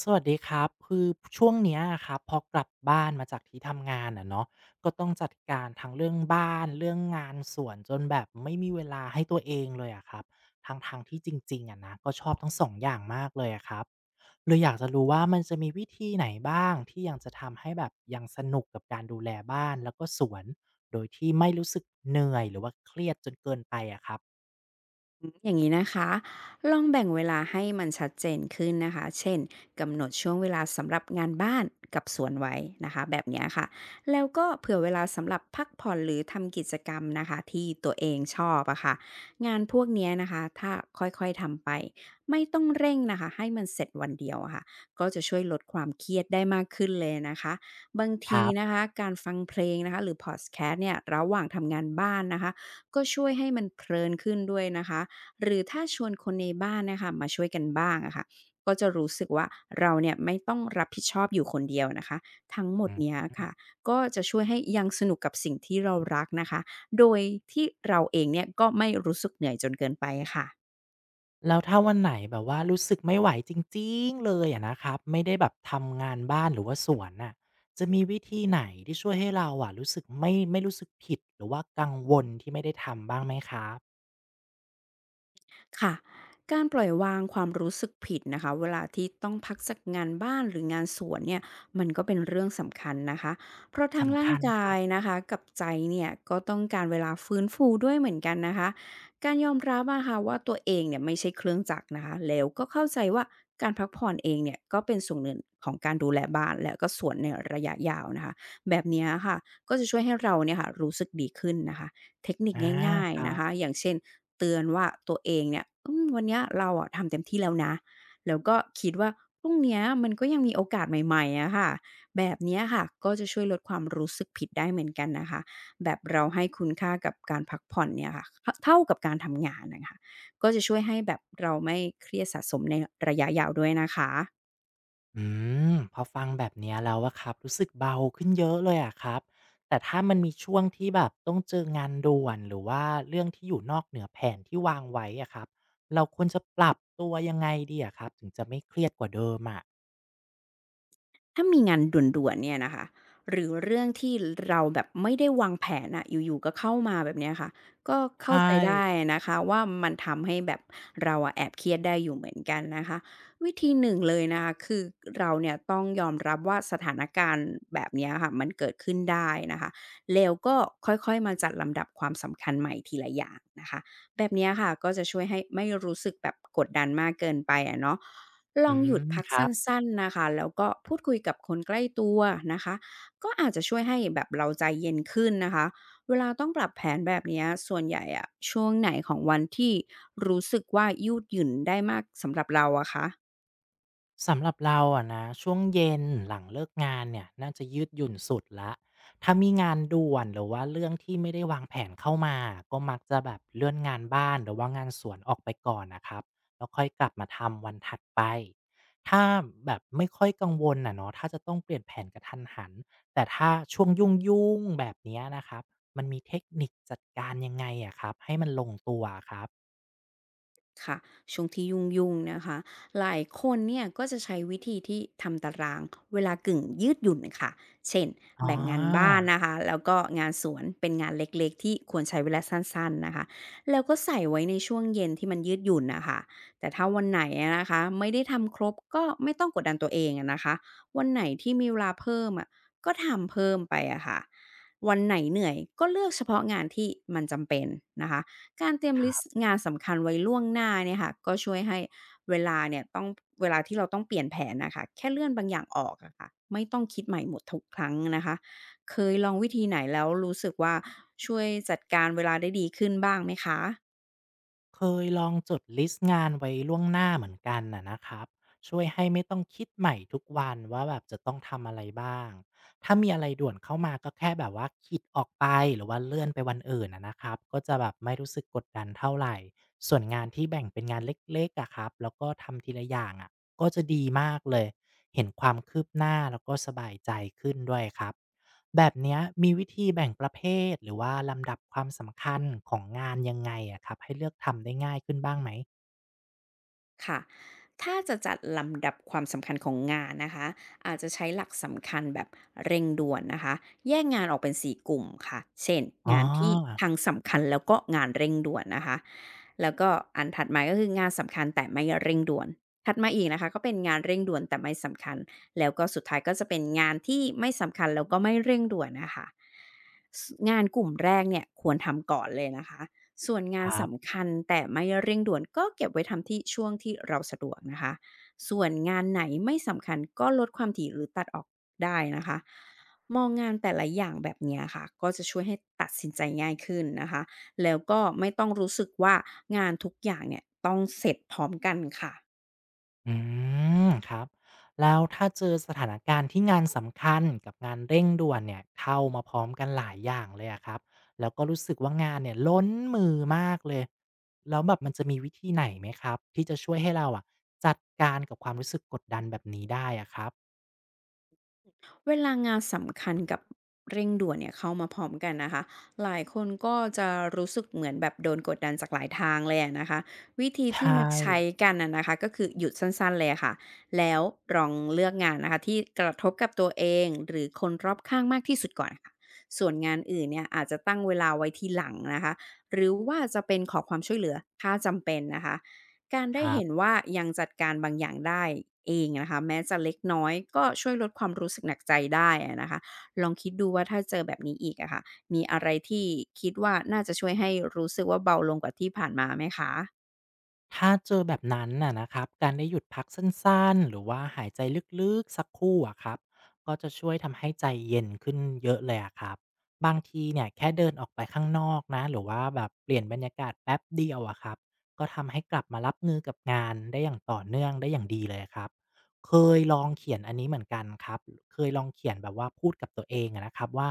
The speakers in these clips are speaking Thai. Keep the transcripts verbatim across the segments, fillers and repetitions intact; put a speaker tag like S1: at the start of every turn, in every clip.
S1: สวัสดีครับคือช่วงเนี้ยอะครับพอกลับบ้านมาจากที่ทำงานอะเนาะก็ต้องจัดการทั้งเรื่องบ้านเรื่องงานส่วนจนแบบไม่มีเวลาให้ตัวเองเลยอะครับทังทางที่จริงๆอะนะก็ชอบทั้งสองอย่างมากเลยอะครับเลยอยากจะรู้ว่ามันจะมีวิธีไหนบ้างที่ยังจะทำให้แบบยังสนุกกับการดูแลบ้านแล้วก็สวนโดยที่ไม่รู้สึกเหนื่อยหรือว่าเครียดจนเกินไปอะครับ
S2: อืมอย่างนี้นะคะลองแบ่งเวลาให้มันชัดเจนขึ้นนะคะเช่นกำหนดช่วงเวลาสำหรับงานบ้านกับสวนไว้นะคะแบบเนี้ยค่ะแล้วก็เผื่อเวลาสำหรับพักผ่อนหรือทำกิจกรรมนะคะที่ตัวเองชอบอะค่ะงานพวกเนี้ยนะคะถ้าค่อยๆทำไปไม่ต้องเร่งนะคะให้มันเสร็จวันเดียวอะค่ะก็จะช่วยลดความเครียดได้มากขึ้นเลยนะคะบาง
S1: ค
S2: ที
S1: รับ
S2: นะคะการฟังเพลงนะคะหรือพอดแคสต์เนี่ยระหว่างทำงานบ้านนะคะก็ช่วยให้มันเพลินขึ้นด้วยนะคะ หรือถ้าชวนคนในบ้านนะคะมาช่วยกันบ้างอะค่ะก็จะรู้สึกว่าเราเนี่ยไม่ต้องรับผิดชอบอยู่คนเดียวนะคะทั้งหมดเนี้ยค่ะก็จะช่วยให้ยังสนุกกับสิ่งที่เรารักนะคะโดยที่เราเองเนี่ยก็ไม่รู้สึกเหนื่อยจนเกินไปค่ะ
S1: แล้วถ้าวันไหนแบบว่ารู้สึกไม่ไหวจริงๆเลยอะนะครับไม่ได้แบบทำงานบ้านหรือว่าสวนน่ะจะมีวิธีไหนที่ช่วยให้เราอะรู้สึกไม่ไม่รู้สึกผิดหรือว่ากังวลที่ไม่ได้ทำบ้างไหมครับ
S2: ค่ะการปล่อยวางความรู้สึกผิดนะคะเวลาที่ต้องพักจากงานบ้านหรืองานสวนเนี่ยมันก็เป็นเรื่องสำคัญนะคะเพราะทั้ง
S1: สำ
S2: ร่าง
S1: คัญค
S2: กา
S1: รั
S2: ย
S1: บ
S2: นะคะกับใจเนี่ยก็ต้องการเวลาฟื้นฟูด้วยเหมือนกันนะคะการยอมรับอะค่ะว่าตัวเองเนี่ยไม่ใช่เครื่องจักรนะคะแล้วก็เข้าใจว่าการพักผ่อนเองเนี่ยก็เป็นส่วนหนึ่งของการดูแลบ้านและก็สวนในระยะยาวนะคะแบบเนี้ยค่ะก็จะช่วยให้เราเนี่ยค่ะรู้สึกดีขึ้นนะคะ เทคนิค
S1: อา
S2: ง่าย
S1: ค
S2: ๆ
S1: รั
S2: นะคะ
S1: บ
S2: อย่างเช่นเตือนว่าตัวเองเนี่ยอืมวันเนี้ยเราอะทำเต็มที่แล้วนะแล้วก็คิดว่าพรุ่งเนี้ยมันก็ยังมีโอกาสใหม่ๆอะค่ะแบบเนี้ยค่ะก็จะช่วยลดความรู้สึกผิดได้เหมือนกันนะคะแบบเราให้คุณค่ากับการพักผ่อนเนี่ยค่ะทเท่ากับการทำงานน่ะค่ะก็จะช่วยให้แบบเราไม่เครียดสะสมในระยะยาวด้วยนะคะ
S1: อืมพอฟังแบบเนี้ยแล้วอะครับรู้สึกเบาขึ้นเยอะเลยอะครับแต่ถ้ามันมีช่วงที่แบบต้องเจองานด่วนหรือว่าเรื่องที่อยู่นอกเหนือแผนที่วางไว้อะครับเราควรจะปรับตัวยังไงดีอะครับถึงจะไม่เครียดกว่าเดิมอะ
S2: ถ้ามีงานด่วนๆเนี่ยนะคะหรือเรื่องที่เราแบบไม่ได้วางแผนอะอยู่ๆก็เข้ามาแบบเนี้ยค่ะก็เข้าใจ
S1: ใช่
S2: ได้นะคะว่ามันทำให้แบบเราอะแอบเครียดได้อยู่เหมือนกันนะคะวิธีหนึ่งเลยนะคะคือเราเนี่ยต้องยอมรับว่าสถานการณ์แบบเนี้ยค่ะมันเกิดขึ้นได้นะคะแล้วก็ค่อยๆมาจัดลำดับความสำคัญใหม่ทีละอย่างนะคะแบบเนี้ยค่ะก็จะช่วยให้ไม่รู้สึกแบบกดดันมากเกินไปอะเนาะ ล
S1: อื
S2: องหยุด
S1: ม
S2: พัก
S1: ครั
S2: สั
S1: บ
S2: ้นๆนะคะ แล้วก็พูดคุยกับคนใกล้ตัวนะคะ ก็อาจจะช่วยให้แบบเราใจเย็นขึ้นนะคะ เวลาต้องปรับแผนแบบเนี้ยส่วนใหญ่อะช่วงไหนของวันที่รู้สึกว่ายืดหยุ่นได้มากสำหรับเราอะคะ
S1: สำหรับเราอะนะช่วงเย็นหลังเลิกงานเนี่ยน่าจะยืดหยุ่นสุดละถ้ามีงานด่วนหรือว่าเรื่องที่ไม่ได้วางแผนเข้ามาก็มักจะแบบเลื่อนงานบ้านหรือว่างานสวนออกไปก่อนนะครับแล้วค่อยกลับมาทำวันถัดไปถ้าแบบไม่ค่อยกังวลอะเนาะถ้าจะต้องเปลี่ยนแผนกระทันหันแต่ถ้าช่วงยุ่งๆแบบเนี้ยนะครับมันมีเทคนิคจัดการยังไงอะครับให้มันลงตัวอะครับ
S2: ค่ะช่วงที่ยุ่งๆนะคะหลายคนเนี่ยก็จะใช้วิธีที่ทำตารางเวลากึ่งยืดหยุ่นค่ะเช่น
S1: อ๋
S2: แบ่งงานบ้า
S1: อ
S2: นนะคะแล้วก็งานสวนเป็นงานเล็กๆที่ควรใช้เวลาสั้นๆนะคะแล้วก็ใส่ไว้ในช่วงเย็นที่มันยืดหยุ่นนะคะแต่ถ้าวันไหนอะนะคะไม่ได้ทำครบก็ไม่ต้องกดดันตัวเองอะนะคะวันไหนที่มีเวลาเพิ่มอะก็ทำเพิ่มไปอะค่ะวันไหนเหนื่อยก็เลือกเฉพาะงานที่มันจำเป็นนะคะ การเตรียม
S1: ค
S2: ลิ
S1: รั
S2: สต์
S1: บ
S2: งานสำคัญไว้ล่วงหน้าเนี่ยค่ะก็ช่วยให้เวลาเนี่ยต้องเวลาที่เราต้องเปลี่ยนแผนนะคะแค่เลื่อนบางอย่างออกอะค่ะไม่ต้องคิดใหม่หมดทุกครั้งนะคะเคยลองวิธีไหนแล้วรู้สึกว่าช่วยจัดการเวลาได้ดีขึ้นบ้างไหมคะ
S1: เคยลองจดลิสต์งานไว้ล่วงหน้าเหมือนกันน่ะนะครับช่วยให้ไม่ต้องคิดใหม่ทุกวันว่าแบบจะต้องทำอะไรบ้างถ้ามีอะไรด่วนเข้ามาก็แค่แบบว่าคิดออกไปหรือว่าเลื่อนไปวันอื่นนะนะครับก็จะแบบไม่รู้สึกกดดันเท่าไหร่ส่วนงานที่แบ่งเป็นงานเล็กๆอะครับแล้วก็ทำทีละอย่างอะก็จะดีมากเลยเห็นความคืบหน้าแล้วก็สบายใจขึ้นด้วยครับ แบบเนี้ยมีวิธีแบ่งประเภทหรือว่าลำดับความสำคัญของงานยังไงอะครับให้เลือกทำได้ง่ายขึ้นบ้างไหม
S2: ค่ะถ้าจะจัดลำดับความสำคัญของงานนะคะอาจจะใช้หลักสำคัญแบบเร่งด่วนนะคะแยกงานออกเป็นสี่กลุ่มค่ะเช่น
S1: อ๋อ
S2: งานที่ทั้งสำคัญแล้วก็งานเร่งด่วนนะคะแล้วก็อันถัดมาก็คืองานสำคัญแต่ไม่เร่งด่วนถัดมาอีกนะคะก็เป็นงานเร่งด่วนแต่ไม่สำคัญแล้วก็สุดท้ายก็จะเป็นงานที่ไม่สำคัญแล้วก็ไม่เร่งด่วนนะคะสงานกลุ่มแรกเนี่ยควรทำก่อนเลยนะคะ ส่วนงา
S1: ค
S2: น
S1: รับ
S2: สำคัญแต่ไม่เร่งด่วนก็เก็บไว้ทำที่ช่วงที่เราสะดวกนะคะส่วนงานไหนไม่สำคัญก็ลดความถี่หรือตัดออกได้นะคะมองงานแต่ละอย่างแบบเนี้ยค่ะก็จะช่วยให้ตัดสินใจง่ายขึ้นนะคะแล้วก็ไม่ต้องรู้สึกว่างานทุกอย่างเนี่ยต้องเสร็จพร้อมกันค่ะ
S1: อืมครับแล้วถ้าเจอสถานการณ์ที่งานสำคัญกับงานเร่งด่วนเนี่ยเข้ามาพร้อมกันหลายอย่างเลยอะครับแล้วก็รู้สึกว่างานเนี่ยล้นมือมากเลยแล้วแบบมันจะมีวิธีไหนไหมครับที่จะช่วยให้เราอะจัดการกับความรู้สึกกดดันแบบนี้ได้อะครับ
S2: เวลางานสำคัญกับเร่งด่วนเนี่ยเข้ามาพร้อมกันนะคะหลายคนก็จะรู้สึกเหมือนแบบโดนกดดันจากหลายทางเลยอะนะคะวิธีที่
S1: ใช่
S2: มักใช้กันน่ะนะคะก็คือหยุดสั้นๆเลยอะค่ะแล้วลองเลือกงานนะคะที่กระทบกับตัวเองหรือคนรอบข้างมากที่สุดก่อนค่ะส่วนงานอื่นเนี่ยอาจจะตั้งเวลาไว้ทีหลังนะคะหรือว่าจะเป็นขอความช่วยเหลือถ้าจำเป็นนะคะ การ
S1: ค
S2: ได้
S1: รั
S2: เห็น
S1: บ
S2: ว่ายังจัดการบางอย่างได้เองนะคะแม้จะเล็กน้อยก็ช่วยลดความรู้สึกหนักใจได้อะนะคะลองคิดดูว่าถ้าเจอแบบนี้อีกอะค่ะมีอะไรที่คิดว่าน่าจะช่วยให้รู้สึกว่าเบาลงกว่าที่ผ่านมาไหมคะ
S1: ถ้าเจอแบบนั้นน่ะนะครับการได้หยุดพักสั้นๆหรือว่าหายใจลึกๆสักครู่อะครับก็จะช่วยทำให้ใจเย็นขึ้นเยอะเลยอะครับบางทีเนี่ยแค่เดินออกไปข้างนอกนะหรือว่าแบบเปลี่ยนบรรยากาศแป๊บเดียวอะครับก็ทำให้กลับมารับมือกับงานได้อย่างต่อเนื่องได้อย่างดีเลยครับเคยลองเขียนอันนี้เหมือนกันครับเคยลองเขียนแบบว่าพูดกับตัวเองอะนะครับว่า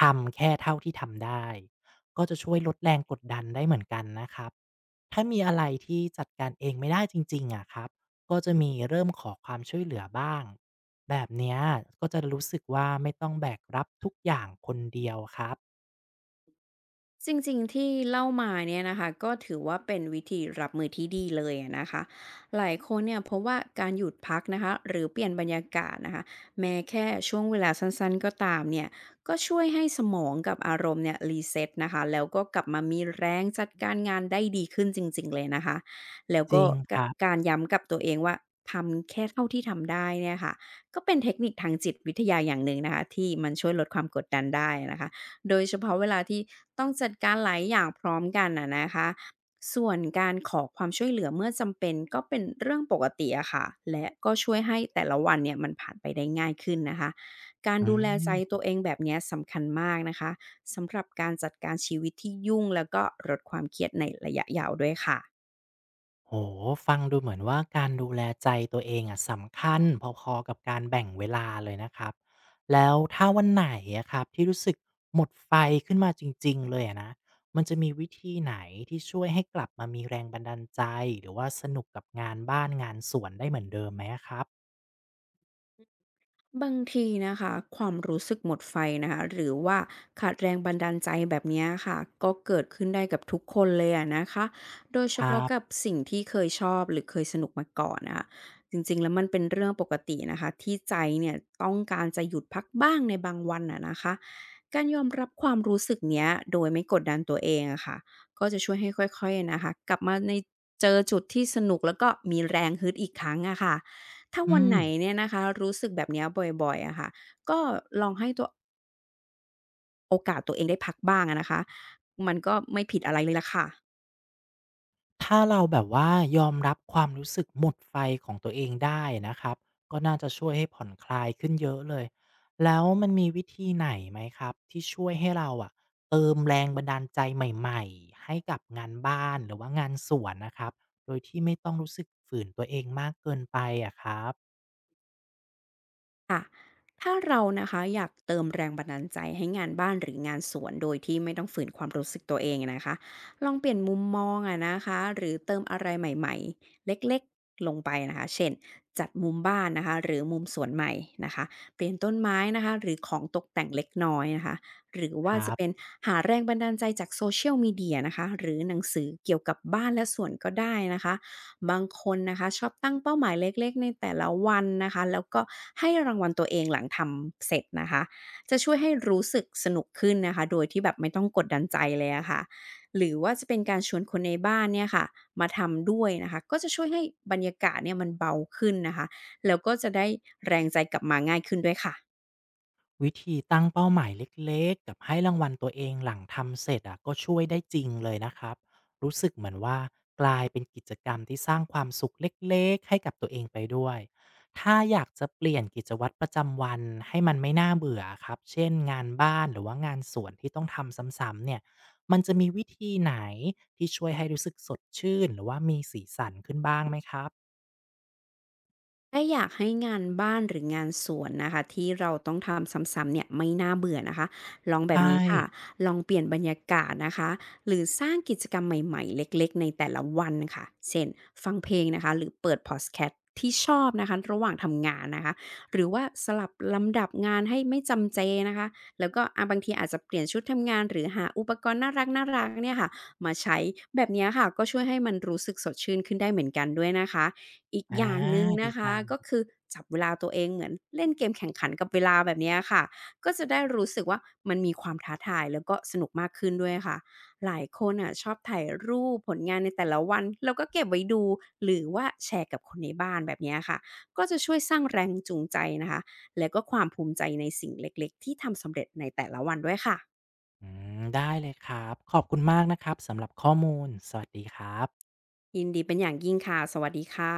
S1: ทำแค่เท่าที่ทำได้ก็จะช่วยลดแรงกดดันได้เหมือนกันนะครับ ถ้ามีอะไรที่จัดการเองไม่ได้จริงๆอะครับ ก็จะมีเริ่มขอความช่วยเหลือบ้าง แบบเนี้ยก็จะรู้สึกว่าไม่ต้องแบกรับทุกอย่างคนเดียวครับ
S2: จริงๆที่เล่ามาเนี่ยนะคะก็ถือว่าเป็นวิธีรับมือที่ดีเลยอะนะคะหลายคนเนี่ยพบว่าการหยุดพักนะคะหรือเปลี่ยนบรรยากาศนะคะแม้แค่ช่วงเวลาสั้นๆก็ตามเนี่ยก็ช่วยให้สมองกับอารมณ์เนี่ยรีเซ็ตนะคะแล้วก็กลับมามีแรงจัดการงานได้ดีขึ้นจริงๆเลยนะคะแล้ว
S1: จ
S2: ก็
S1: ริงค
S2: กะ
S1: รับ
S2: การย้ำกับตัวเองว่าทำแค่เท่าที่ทำได้เนี่ยค่ะก็เป็นเทคนิคทางจิตวิทยาอย่างหนึ่งนะคะที่มันช่วยลดความกดดันได้นะคะ โดยเฉพาะเวลาที่ต้องจัดการหลายอย่างพร้อมกันอะนะคะส่วนการขอความช่วยเหลือเมื่อจำเป็นก็เป็นเรื่องปกติอะค่ะและก็ช่วยให้แต่ละวันเนี่ยมันผ่านไปได้ง่ายขึ้นนะคะการ
S1: อื
S2: ดูแลใจตั
S1: ม
S2: วเองแบบเนี้ยสำคัญมากนะคะสำหรับการจัดการชีวิตที่ยุ่งแล้วก็ลดความเครียดในระยะยาวด้วยค่ะ
S1: โอ้โฟังดูเหมือนว่าการดูแลใจตัวเองอ่ะสำคัญพอๆกับการแบ่งเวลาเลยนะครับ แล้วถ้าวันไหนอะครับที่รู้สึกหมดไฟขึ้นมาจริงๆเลยอะนะ มันจะมีวิธีไหนที่ช่วยให้กลับมามีแรงบันดาลใจหรือว่าสนุกกับงานบ้านงานสวนได้เหมือนเดิมไหมอะครับ
S2: บางทีนะคะความรู้สึกหมดไฟนะคะหรือว่าขาดแรงบันดาลใจแบบเนี้ยค่ะก็เกิดขึ้นได้กับทุกคนเลยอะนะคะโดยเฉ
S1: ครั
S2: พาะกับ
S1: บ
S2: สิ่งที่เคยชอบหรือเคยสนุกมาก่อนนะคะจริงๆแล้วมันเป็นเรื่องปกตินะคะที่ใจเนี่ยต้องการจะหยุดพักบ้างในบางวันอะนะคะการยอมรับความรู้สึกเนี้ยโดยไม่กดดันตัวเองอะค่ะก็จะช่วยให้ค่อยๆนะคะกลับมาในเจอจุดที่สนุกแล้วก็มีแรงฮึดอีกครั้งอะค่ะ ถ้า
S1: อื
S2: วัน
S1: ม
S2: ไหนเนี่ยนะคะรู้สึกแบบเนี้ยบ่อยๆอะค่ะก็ลองให้ตัวโอกาสตัวเองได้พักบ้างอะนะคะมันก็ไม่ผิดอะไรเลยล่ะค่ะ
S1: ถ้าเราแบบว่ายอมรับความรู้สึกหมดไฟของตัวเองได้นะครับก็น่าจะช่วยให้ผ่อนคลายขึ้นเยอะเลยแล้วมันมีวิธีไหนไหมครับที่ช่วยให้เราอะเติมแรงบันดาลใจใหม่ๆให้กับงานบ้านหรือว่างานสวนนะครับโดยที่ไม่ต้องรู้สึกฝืนตัวเองมากเกินไปอะครับ
S2: ค่ะถ้าเรานะคะอยากเติมแรงบันดาลใจให้งานบ้านหรืองานสวนโดยที่ไม่ต้องฝืนความรู้สึกตัวเองนะคะลองเปลี่ยนมุมมองอะนะคะหรือเติมอะไรใหม่ๆเล็กๆลงไปนะคะเช่นจัดมุมบ้านนะคะหรือมุมสวนใหม่นะคะเปลี่ยนต้นไม้นะคะหรือของตกแต่งเล็กน้อยนะคะหรือ
S1: ค
S2: ว่า
S1: รั
S2: จะ
S1: บ
S2: เป็นหาแรงบันดาลใจจากโซเชียลมีเดียนะคะหรือหนังสือเกี่ยวกับบ้านและสวนก็ได้นะคะ บางคนนะคะชอบตั้งเป้าหมายเล็กๆในแต่ละวันนะคะแล้วก็ให้รางวัลตัวเองหลังทำเสร็จนะคะจะช่วยให้รู้สึกสนุกขึ้นนะคะโดยที่แบบไม่ต้องกดดันใจเลยอะค่ะหรือว่าจะเป็นการชวนคนในบ้านเนี่ยค่ะมาทำด้วยนะคะก็จะช่วยให้บรรยากาศเนี่ยมันเบาขึ้นนะคะแล้วก็จะได้แรงใจกลับมาง่ายขึ้นด้วยค่ะ
S1: วิธีตั้งเป้าหมายเล็กๆกับให้รางวัลตัวเองหลังทำเสร็จอะก็ช่วยได้จริงเลยนะครับรู้สึกเหมือนว่ากลายเป็นกิจกรรมที่สร้างความสุขเล็กๆให้กับตัวเองไปด้วยถ้าอยากจะเปลี่ยนกิจวัตรประจำวันให้มันไม่น่าเบื่อครับเช่นงานบ้านหรือว่างานสวนที่ต้องทำซ้ำๆเนี่ยมันจะมีวิธีไหนที่ช่วยให้รู้สึกสดชื่นหรือว่ามีสีสันขึ้นบ้างไหมครับ
S2: ถ้าอยากให้งานบ้านหรืองานสวนนะคะที่เราต้องทำซ้ำๆเนี่ยไม่น่าเบื่อนะคะลองแบบ
S1: ใช่
S2: นี้ค่ะลองเปลี่ยนบรรยากาศนะคะหรือสร้างกิจกรรมใหม่ๆเล็กๆในแต่ละวันค่ะเช่นฟังเพลงนะคะหรือเปิดพอดแคสต์ที่ชอบนะคะระหว่างทำงานนะคะหรือว่าสลับลำดับงานให้ไม่จำเจนะคะแล้วก็อ่าบางทีอาจจะเปลี่ยนชุดทำงานหรือหาอุปกรณ์น่ารักน่ารักเนี่ยค่ะมาใช้แบบเนี้ยค่ะก็ช่วยให้มันรู้สึกสดชื่นขึ้นได้เหมือนกันด้วยนะคะ อีก
S1: อา
S2: อย่างหนึ่ง
S1: ดี
S2: นะคะ
S1: จัง
S2: ก็คือจับเวลาตัวเองเหมือนเล่นเกมแข่งขันกับเวลาแบบเนี้ยค่ะก็จะได้รู้สึกว่ามันมีความท้าทายแล้วก็สนุกมากขึ้นด้วยค่ะหลายคนอ่ะชอบถ่ายรูปผลงานในแต่ละวันแล้วก็เก็บไว้ดูหรือว่าแชร์กับคนในบ้านแบบเนี้ยค่ะก็จะช่วยสร้างแรงจูงใจนะคะและก็ความภูมิใจในสิ่งเล็กๆที่ทำสำเร็จในแต่ละวันด้วยค่ะ
S1: อืมได้เลยครับขอบคุณมากนะครับสำหรับข้อมูลสวัสดีครับ
S2: ยินดีเป็นอย่างยิ่งค่ะสวัสดีค่ะ